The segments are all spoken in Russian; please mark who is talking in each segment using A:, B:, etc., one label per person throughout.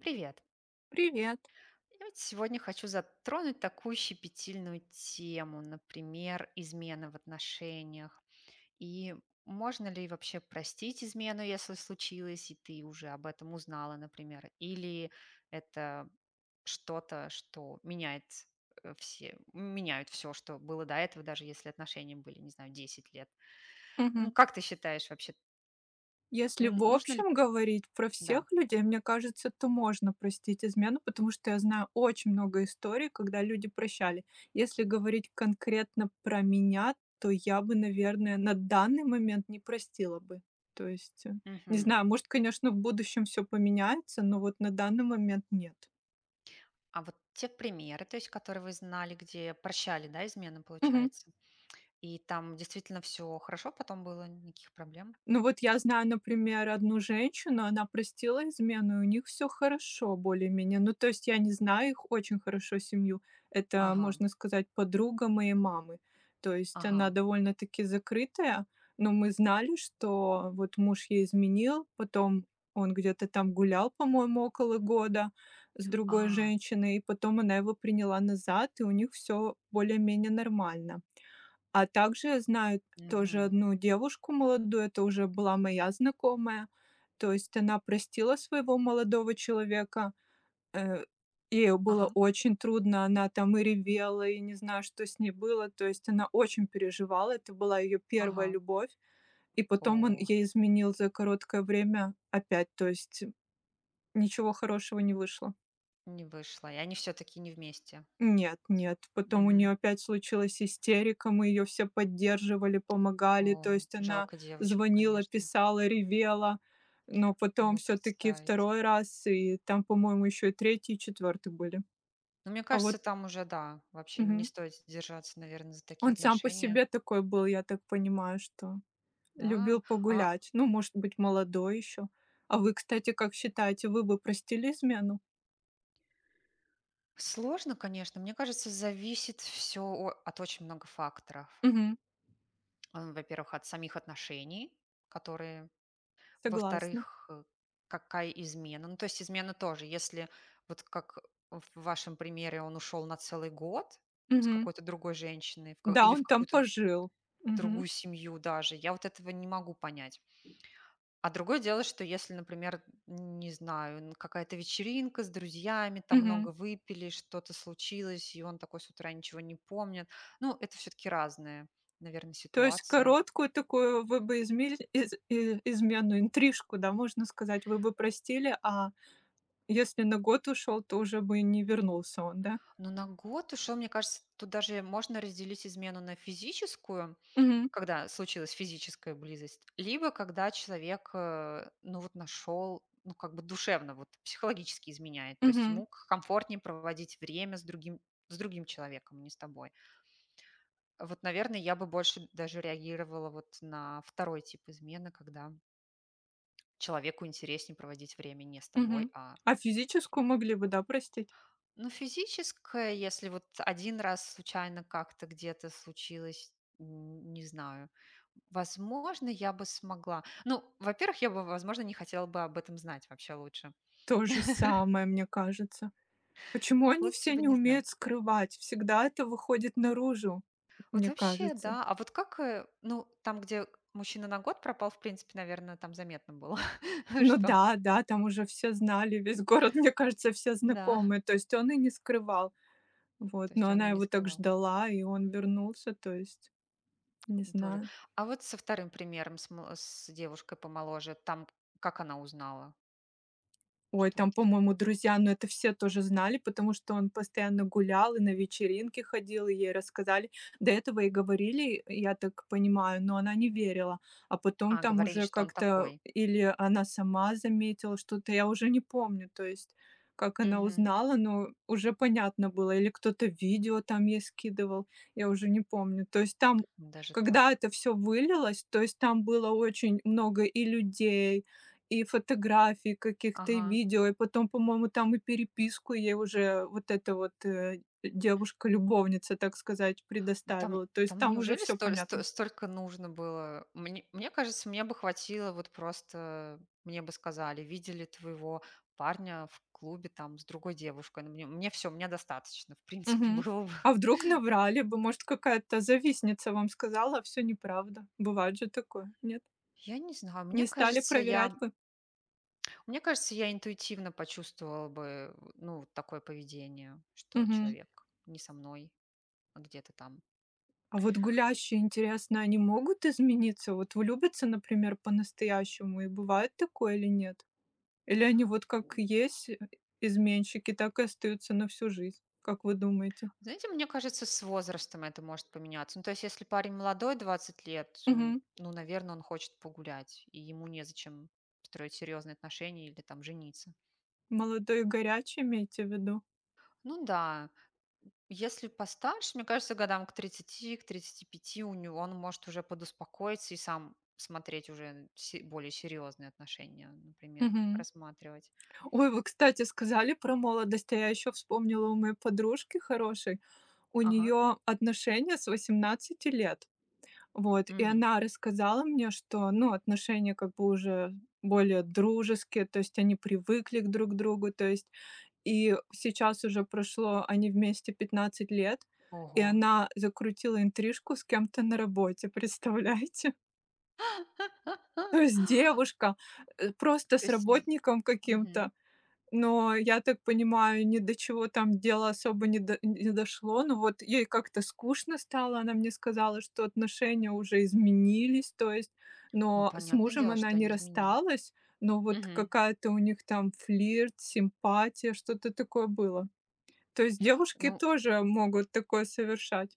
A: Привет.
B: Привет.
A: Я вот сегодня хочу затронуть такую щепетильную тему, например, измены в отношениях. И можно ли вообще простить измену, если случилось, и ты уже об этом узнала, например? Или это что-то, что меняют все, что было до этого, даже если отношения были, не знаю, 10 лет.
B: Мгм.
A: Ну, как ты считаешь вообще,
B: Если в
A: нужно ли...
B: общем говорить про
A: Да.
B: всех людей, мне кажется, то можно простить измену, потому что я знаю очень много историй, когда люди прощали. Если говорить конкретно про меня, то я бы, наверное, на данный момент не простила бы. То есть, не
A: Мгм.
B: знаю, может, конечно, в будущем все поменяется, но вот на данный момент нет.
A: А вот те примеры, то есть которые вы знали, где прощали, да, измены, получается, и там действительно все хорошо потом было, никаких проблем?
B: Ну вот я знаю, например, одну женщину, она простила измену, и у них все хорошо более-менее. Ну, то есть я не знаю их очень хорошо, семью. Это,
A: Ага,
B: можно сказать, подруга моей мамы. То есть она
A: ага,
B: довольно-таки закрытая, но мы знали, что вот муж ей изменил, потом он где-то там гулял, по-моему, около года с другой
A: а,
B: женщиной, и потом она его приняла назад, и у них все более-менее нормально. А также знаю тоже
A: мгм,
B: одну девушку молодую, это уже была моя знакомая. То есть она простила своего молодого человека. Э, Ей было
A: ага,
B: очень трудно, она там и ревела, и не знаю, что с ней было. То есть она очень переживала, это была ее первая
A: ага.
B: любовь. И потом он
A: О,
B: ей изменил за короткое время опять, то есть ничего хорошего не вышло.
A: не вышло, и они все таки не вместе.
B: Нет,
A: Пос
B: нет, потом у нее
A: Мгм.
B: опять случилась истерика, мы ее все поддерживали, помогали, то
A: Ой,
B: есть она
A: жалко девочку,
B: звонила,
A: конечно,
B: писала, ревела, но потом
A: могу
B: все-таки
A: представить.
B: второй раз, и там, по-моему, еще и третий, и четвертый были.
A: Но мне
B: А вот
A: кажется, там уже, да, вообще не
B: мгм.
A: стоит держаться, наверное, за такие
B: Он сам по
A: отношения.
B: себе такой был, я так понимаю, что любил
A: Да? А
B: погулять, ну, может быть, молодой еще. А вы, кстати, как считаете, вы бы простили измену?
A: Сложно, конечно. Мне кажется, зависит все от очень много факторов.
B: Мгм.
A: Во-первых, от самих отношений, которые,
B: Согласна.
A: во-вторых, какая измена. Ну, то есть измена тоже. Если вот как в вашем примере он ушел на целый год с
B: Мгм.
A: какой-то другой женщиной
B: Да,
A: или в
B: он там
A: какую-то
B: пожил. Мгм.
A: другую семью даже, я вот этого не могу понять. А другое дело, что если, например, не знаю, какая-то вечеринка с друзьями, там
B: Мгм.
A: много выпили, что-то случилось, и он такой с утра ничего не помнит. Ну, это все-таки разные, наверное,
B: То есть
A: ситуации.
B: короткую такую вы бы измиль из и измену, интрижку, да, можно сказать, вы бы простили, а если на год ушел, то уже бы и не вернулся он, да?
A: Но на год ушел, мне кажется, тут даже можно разделить измену на физическую,
B: Мгм,
A: когда случилась физическая близость, либо когда человек, ну вот нашел, ну как бы душевно, вот психологически изменяет. То есть
B: мгм,
A: ему комфортнее проводить время с другим человеком, а не с тобой. Вот, наверное, я бы больше даже реагировала вот на второй тип измены, когда человеку интереснее проводить время не с тобой,
B: мгм. А физическую могли бы, да, простить?
A: Ну, физическое, если вот один раз случайно как-то где-то случилось, н не знаю, возможно, я бы смогла. Ну, во-первых, я бы, возможно, не хотела бы об этом знать вообще лучше.
B: То же самое, мне кажется. Почему они
A: Лучше
B: все
A: бы
B: не
A: не
B: умеют
A: знать.
B: скрывать? Всегда это выходит наружу,
A: Вот
B: мне
A: вообще,
B: кажется.
A: да. А вот как, ну, там, где мужчина на год пропал, в принципе, наверное, там заметно было,
B: Ну
A: что
B: да, да, там уже все знали, весь город, мне кажется, все
A: Да.
B: знакомые, то есть он и не скрывал. Вот,
A: То есть
B: но
A: он и
B: она
A: не
B: его так
A: скрывал.
B: ждала, и он вернулся, то есть, не
A: Тоже.
B: знаю.
A: А вот со вторым примером, с девушкой помоложе, там как она узнала,
B: Ой,
A: что
B: там,
A: это вс
B: по-моему, друзья, но это все тоже знали, потому что он постоянно гулял и на вечеринки ходил, и ей рассказали. До этого и говорили, я так понимаю, но она не верила. А потом
A: А,
B: там
A: говорили,
B: уже
A: что он
B: как-то
A: такой.
B: или она сама заметила что-то, я уже не помню, то есть как она
A: Мгм.
B: узнала, но уже понятно было, или кто-то видео там ей скидывал, я уже не помню. То есть там,
A: Даже
B: когда
A: так.
B: это все вылилось, то есть там было очень много и людей, и фотографий каких-то, и
A: Ага.
B: видео, и потом, по-моему, там и переписку ей уже вот эта вот, девушка-любовница, так сказать,
A: Ну, там
B: предоставила. То есть
A: там
B: там уже
A: неужели
B: все
A: столь сто
B: понятно.
A: столько нужно было? Мне кажется, мне бы хватило вот просто, мне бы сказали: "Видели твоего парня в клубе там с другой девушкой". Ну, мне всё, мне достаточно, в принципе,
B: Мгм.
A: было бы.
B: А вдруг наврали бы? Может, какая-то завистница вам сказала, а всё неправда? Бывает же такое, нет?
A: Я не знаю, мне
B: Не стали
A: кажется,
B: проверять
A: я
B: бы?
A: Мне кажется, я интуитивно почувствовала бы, ну, вот такое поведение, что
B: Мгм.
A: человек не со мной, а где-то там.
B: А вот гулящие, интересно, они могут измениться? Вот влюбятся, например, по-настоящему, и бывает такое или нет? Или они вот как есть изменщики, так и остаются на всю жизнь, как вы думаете?
A: Знаете, мне кажется, с возрастом это может поменяться. Ну, то есть, если парень молодой, 20 лет,
B: Мгм.
A: ну, наверное, он хочет погулять, и ему незачем строить серьезные отношения или там жениться.
B: Молодой и горячий, имеете в виду?
A: Ну да, если постарше, мне кажется, годам к тридцати, к 35 у него он может уже подуспокоиться и сам смотреть уже более серьезные отношения, например,
B: Мгм.
A: рассматривать.
B: Ой, вы, кстати, сказали про молодость, а я еще вспомнила у моей подружки хорошей, у
A: Ага.
B: нее отношения с 18 лет. Вот, и
A: Мгм.
B: она рассказала мне, что, ну, отношения как бы уже более дружеские, то есть они привыкли к друг другу, то есть и сейчас уже прошло, они вместе 15 лет, и
A: Ого.
B: она закрутила интрижку с кем-то на работе, представляете? То есть девушка, просто
A: То
B: с
A: есть д
B: работником
A: Мгм.
B: каким-то. Но я так понимаю, ни до чего там дело особо не дошло. Ну вот ей как-то скучно стало. Она мне сказала, что отношения уже изменились. То есть,
A: Ну,
B: но с
A: понятное
B: мужем
A: дело,
B: она
A: что
B: не
A: они изменили.
B: рассталась. Но вот
A: Мгм.
B: какая-то у них там флирт, симпатия, что-то такое было. То есть девушки
A: Ну
B: тоже могут такое совершать?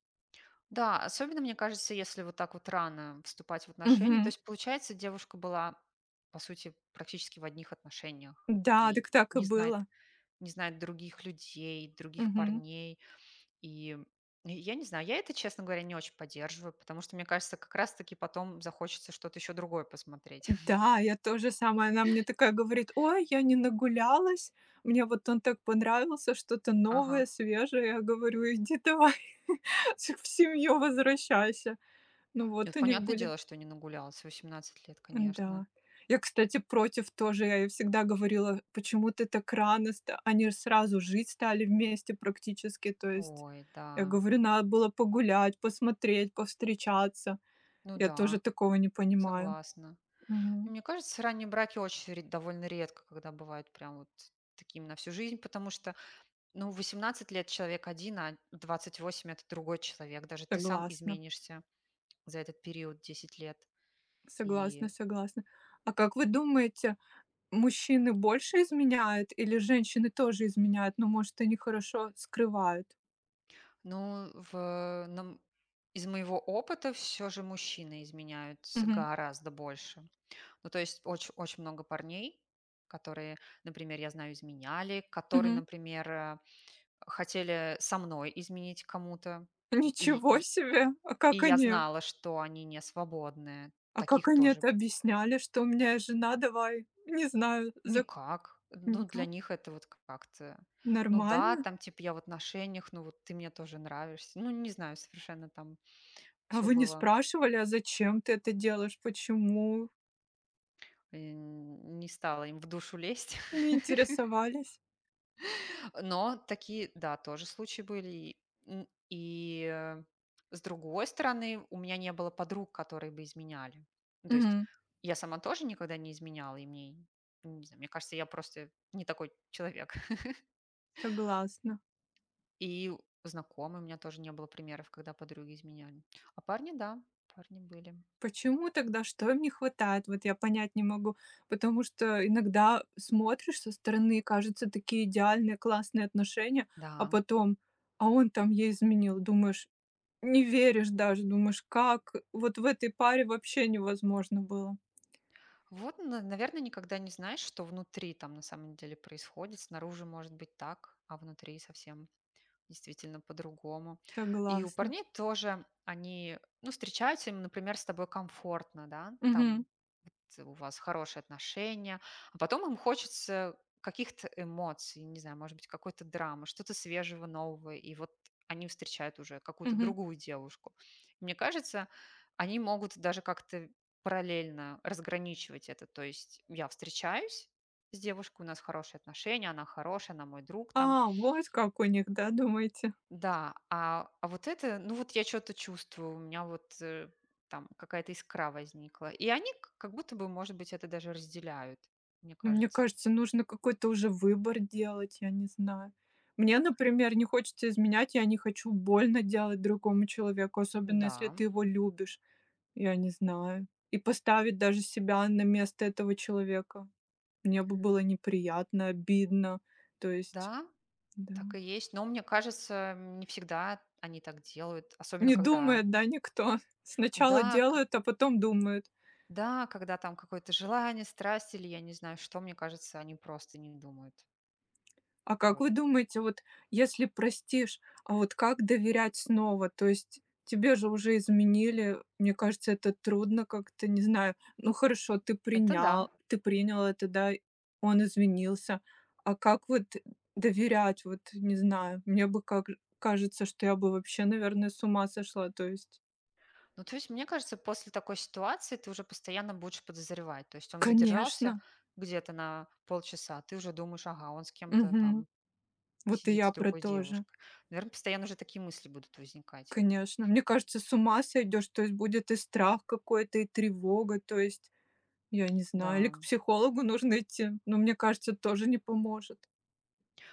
A: да, особенно, мне кажется, если вот так вот рано вступать в отношения. То
B: Мгм.
A: есть, получается, девушка была, по сути, практически в одних отношениях
B: Да,
A: и
B: так и
A: не знает
B: было.
A: не знает других людей, других
B: Мгм.
A: парней. И и я не знаю, я это, честно говоря, не очень поддерживаю, потому что, мне кажется, как раз таки потом захочется что-то еще другое посмотреть.
B: Да, я тоже же самое. Она мне такая говорит: "Ой, я не нагулялась, мне вот он так понравился, что-то
A: Ага.
B: новое, свежее". Я говорю: "Иди давай, в семью возвращайся". Ну вот
A: Нет,
B: у них
A: понятное
B: были.
A: дело, что не нагулялась. 18 лет, конечно.
B: Да, я, кстати, против тоже. Я ей всегда говорила: "Почему ты так рано ста" Они сразу жить стали вместе практически. То есть
A: Ой, да.
B: я говорю: "Надо было погулять, посмотреть, повстречаться".
A: Ну
B: Я тоже
A: да,
B: такого не понимаю.
A: согласна. И
B: Мгм.
A: мне кажется, ранние браки очень довольно редко, когда бывают прям вот такими на всю жизнь, потому что, ну, в 18 лет человек один, а в 28 это другой человек. Даже ты сам
B: Согласна,
A: изменишься за этот период 10 лет. И,
B: согласна, согласна. А как вы думаете, мужчины больше изменяют или женщины тоже изменяют, но, может, они хорошо скрывают?
A: ну, из моего опыта все же мужчины изменяют
B: Мгм,
A: гораздо больше. Ну, то есть очень, очень много парней, которые, например, я знаю, изменяли, которые,
B: мгм.
A: например, хотели со мной изменить кому-то, и,
B: Ничего
A: и,
B: себе! А
A: и
B: как
A: я
B: они
A: знала, что они не свободны.
B: А как
A: Таких
B: они
A: тоже
B: это объясняли, что у меня есть жена, давай, не знаю,
A: никак. Ну, для
B: законника?
A: них это вот как-то... Ну да,
B: Нормально?
A: там, типа, я в отношениях, ну вот ты мне тоже нравишься. Ну, не знаю, совершенно там
B: А
A: все
B: вы не
A: было.
B: спрашивали: "А зачем ты это делаешь? Почему?"
A: Не стало им в душу лезть.
B: Не интересовались?
A: Но такие, да, тоже случаи были. И с другой стороны, у меня не было подруг, которые бы изменяли. Ну, то есть
B: Мгм.
A: я сама тоже никогда не изменяла, и мне, не знаю, мне кажется, я просто не такой человек.
B: Согласна.
A: И у знакомых у меня тоже не было примеров, когда подруги изменяли. А парни, да, парни были.
B: Почему тогда? Что им не хватает? Вот я понять не могу. Потому что иногда смотришь со стороны, кажется, такие идеальные, классные отношения, а
A: Да.
B: потом, он там ей изменил. Думаешь, не веришь даже, думаешь, как вот в этой паре вообще невозможно было.
A: Вот, наверное, никогда не знаешь, что внутри там на самом деле происходит. Снаружи может быть так, а внутри совсем действительно по-другому. И у
B: Согласна.
A: парней тоже они, ну, встречаются, им, например, с тобой комфортно, да,
B: Мгм,
A: там у вас хорошие отношения, а потом им хочется каких-то эмоций, не знаю, может быть, какой-то драмы, что-то свежего, нового, и вот они встречают уже какую-то
B: мгм.
A: другую девушку. Мне кажется, они могут даже как-то параллельно разграничивать это, то есть я встречаюсь с девушкой, у нас хорошие отношения, она хорошая, она мой друг там,
B: А, вот как у них, да, думаете?
A: да, а вот это, ну вот я что-то чувствую, у меня вот там какая-то искра возникла. И они как будто бы, может быть, это даже разделяют, мне
B: Ну, мне
A: кажется.
B: кажется, нужно какой-то уже выбор делать, я не знаю. Мне, например, не хочется изменять, я не хочу больно делать другому человеку, особенно если
A: Да,
B: ты его любишь, я не знаю. И поставить даже себя на место этого человека. Мне бы было неприятно, обидно. То есть,
A: да,
B: да.
A: так и есть. Но мне кажется, не всегда они так делают, особенно
B: Не думает, да, никто. Сначала
A: да, как-
B: делают, а потом думают.
A: да, когда там какое-то желание, страсть или я не знаю что, мне кажется, они просто не думают.
B: А как
A: Вот.
B: вы думаете, вот если простишь, а вот как доверять снова? То есть тебе же уже изменили, мне кажется, это трудно как-то, не знаю. Ну хорошо, ты
A: Это да.
B: принял, ты принял это, да, он извинился. А как вот доверять, вот не знаю, мне бы как кажется, что я бы вообще, наверное, с ума сошла. То есть,
A: Ну, то есть, мне кажется, после такой ситуации ты уже постоянно будешь подозревать. То есть он задержался
B: конечно,
A: где-то на полчаса, а ты уже думаешь, ага, он с кем-то
B: мгм,
A: там
B: вот и
A: сидит
B: я
A: с
B: про
A: другой
B: то же.
A: девушкой. Наверное, постоянно уже такие мысли будут возникать.
B: Конечно, мне кажется, с ума сойдешь, то есть будет и страх какой-то, и тревога, то есть я не знаю, или
A: Да.
B: к психологу нужно идти, но мне кажется, это тоже не поможет.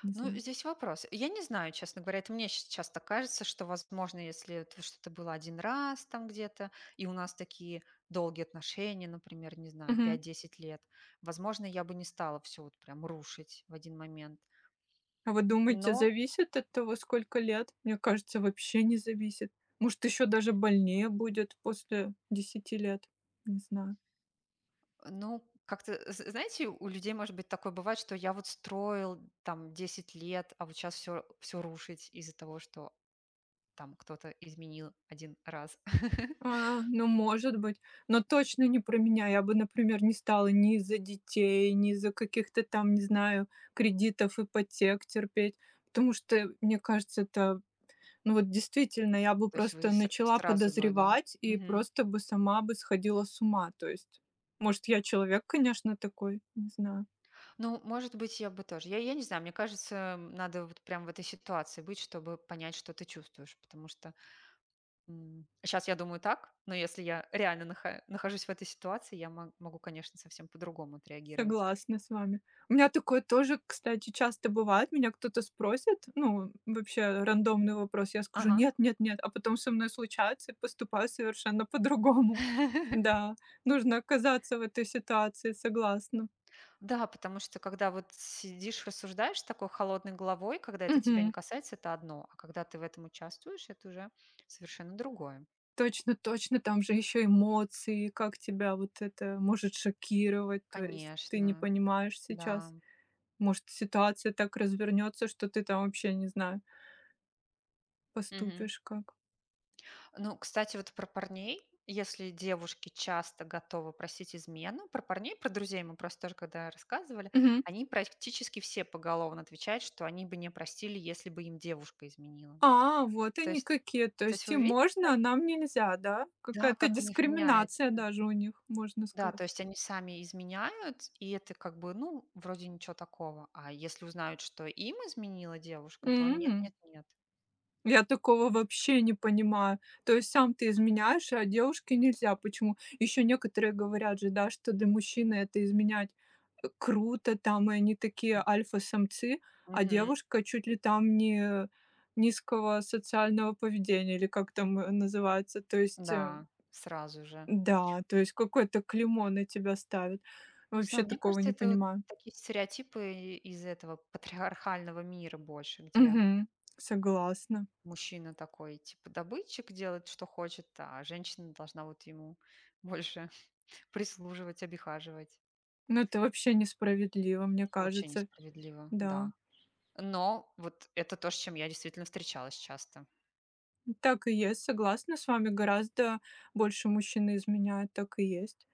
B: Не
A: Ну,
B: знаю.
A: здесь вопрос. Я не знаю, честно говоря, это мне часто кажется, что, возможно, если это что-то было один раз там где-то, и у нас такие долгие отношения, например, не знаю,
B: Мгм.
A: 5-10 лет, возможно, я бы не стала все вот прям рушить в один момент.
B: А вы думаете,
A: Но
B: зависит от того, сколько лет? Мне кажется, вообще не зависит. Может, еще даже больнее будет после 10 лет. Не знаю.
A: Ну, как-то, знаете, у людей, может быть, такое бывает, что я вот строил там 10 лет, а вот сейчас все, все рушить из-за того, что там кто-то изменил один раз.
B: А, ну, может быть. Но точно не про меня. Я бы, например, не стала ни из-за детей, ни из-за каких-то там, не знаю, кредитов, ипотек терпеть. Потому что, мне кажется, ну вот действительно, я бы
A: То есть вы
B: просто начала
A: сразу бы, да.
B: подозревать и
A: Мгм.
B: просто бы сама бы сходила с ума. То есть, может, я человек, конечно, такой, не знаю.
A: Ну, может быть, я бы тоже. Я не знаю, мне кажется, надо вот прям в этой ситуации быть, чтобы понять, что ты чувствуешь. Потому что сейчас я думаю так, но если я реально нахожусь в этой ситуации, я могу, конечно, совсем по-другому отреагировать.
B: Согласна с вами. У меня такое тоже, кстати, часто бывает. Меня кто-то спросит, ну, вообще рандомный вопрос. Я скажу
A: Ага.
B: нет, нет, нет, а потом со мной случается и поступаю совершенно по-другому. Да, нужно оказаться в этой ситуации, согласна.
A: Да, потому что когда вот сидишь, рассуждаешь такой холодной головой, когда это тебя не
B: Мгм.
A: касается, это одно, а когда ты в этом участвуешь, это уже совершенно другое.
B: Точно, точно, там же еще эмоции, как тебя вот это может шокировать, то есть ты не
A: Конечно,
B: понимаешь
A: да.
B: сейчас, может, ситуация так развернется, что ты там вообще, не знаю,
A: Мгм.
B: поступишь как.
A: Ну, кстати, вот про парней. Если девушки часто готовы просить измену, про парней, про друзей мы просто тоже когда рассказывали,
B: Мгм.
A: они практически все поголовно отвечают, что они бы не простили, если бы им девушка изменила.
B: А, вот
A: То
B: они
A: есть,
B: какие, то
A: то есть,
B: есть
A: вы
B: им
A: видите,
B: можно, а нам нельзя, да?
A: да,
B: Какая-то
A: как у них меняется.
B: дискриминация даже у них, можно
A: Да,
B: сказать.
A: то есть они сами изменяют, и это как бы, ну, вроде ничего такого. А если узнают, что им изменила девушка, то нет,
B: М.
A: нет, нет.
B: Я такого вообще не понимаю. То есть сам ты изменяешь, а девушке нельзя. Почему? Еще некоторые говорят же, да, что для мужчины это изменять круто, там, и они такие
A: М.
B: альфа-самцы, а
A: Мгм.
B: девушка чуть ли там не низкого социального поведения, или как там называется. То есть,
A: Да, сразу же.
B: да, то есть какое-то клеймо на тебя ставят.
A: Не
B: Вообще
A: знаю, мне
B: такого
A: кажется,
B: не
A: это вот
B: понимаю.
A: такие стереотипы из этого патриархального мира больше, где
B: Мгм. Согласна.
A: мужчина такой, типа, добытчик делает, что хочет, а женщина должна вот ему больше прислуживать, обихаживать.
B: Ну, это вообще несправедливо, мне
A: Вообще
B: кажется.
A: несправедливо,
B: Да.
A: да. Но вот это то, с чем я действительно встречалась часто.
B: Так и есть, согласна с вами. Гораздо больше мужчины изменяют, так и есть.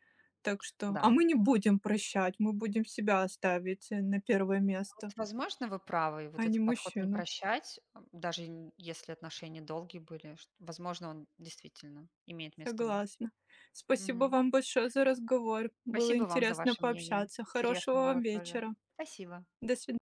B: Так что, а
A: Да.
B: мы не будем прощать, мы будем себя ставить на первое
A: Вот,
B: место,
A: возможно, вы правы. И
B: а
A: вот
B: не
A: этот подход не
B: мужчину.
A: прощать, даже если отношения долгие были, возможно, он действительно имеет место быть.
B: Согласна. Спасибо
A: Мгм.
B: вам большое за разговор. Было
A: Спасибо вам за
B: интересно
A: ваше мнение.
B: пообщаться. Хорошего
A: Интересно
B: вам
A: было тоже.
B: вечера.
A: Спасибо.
B: До свидания.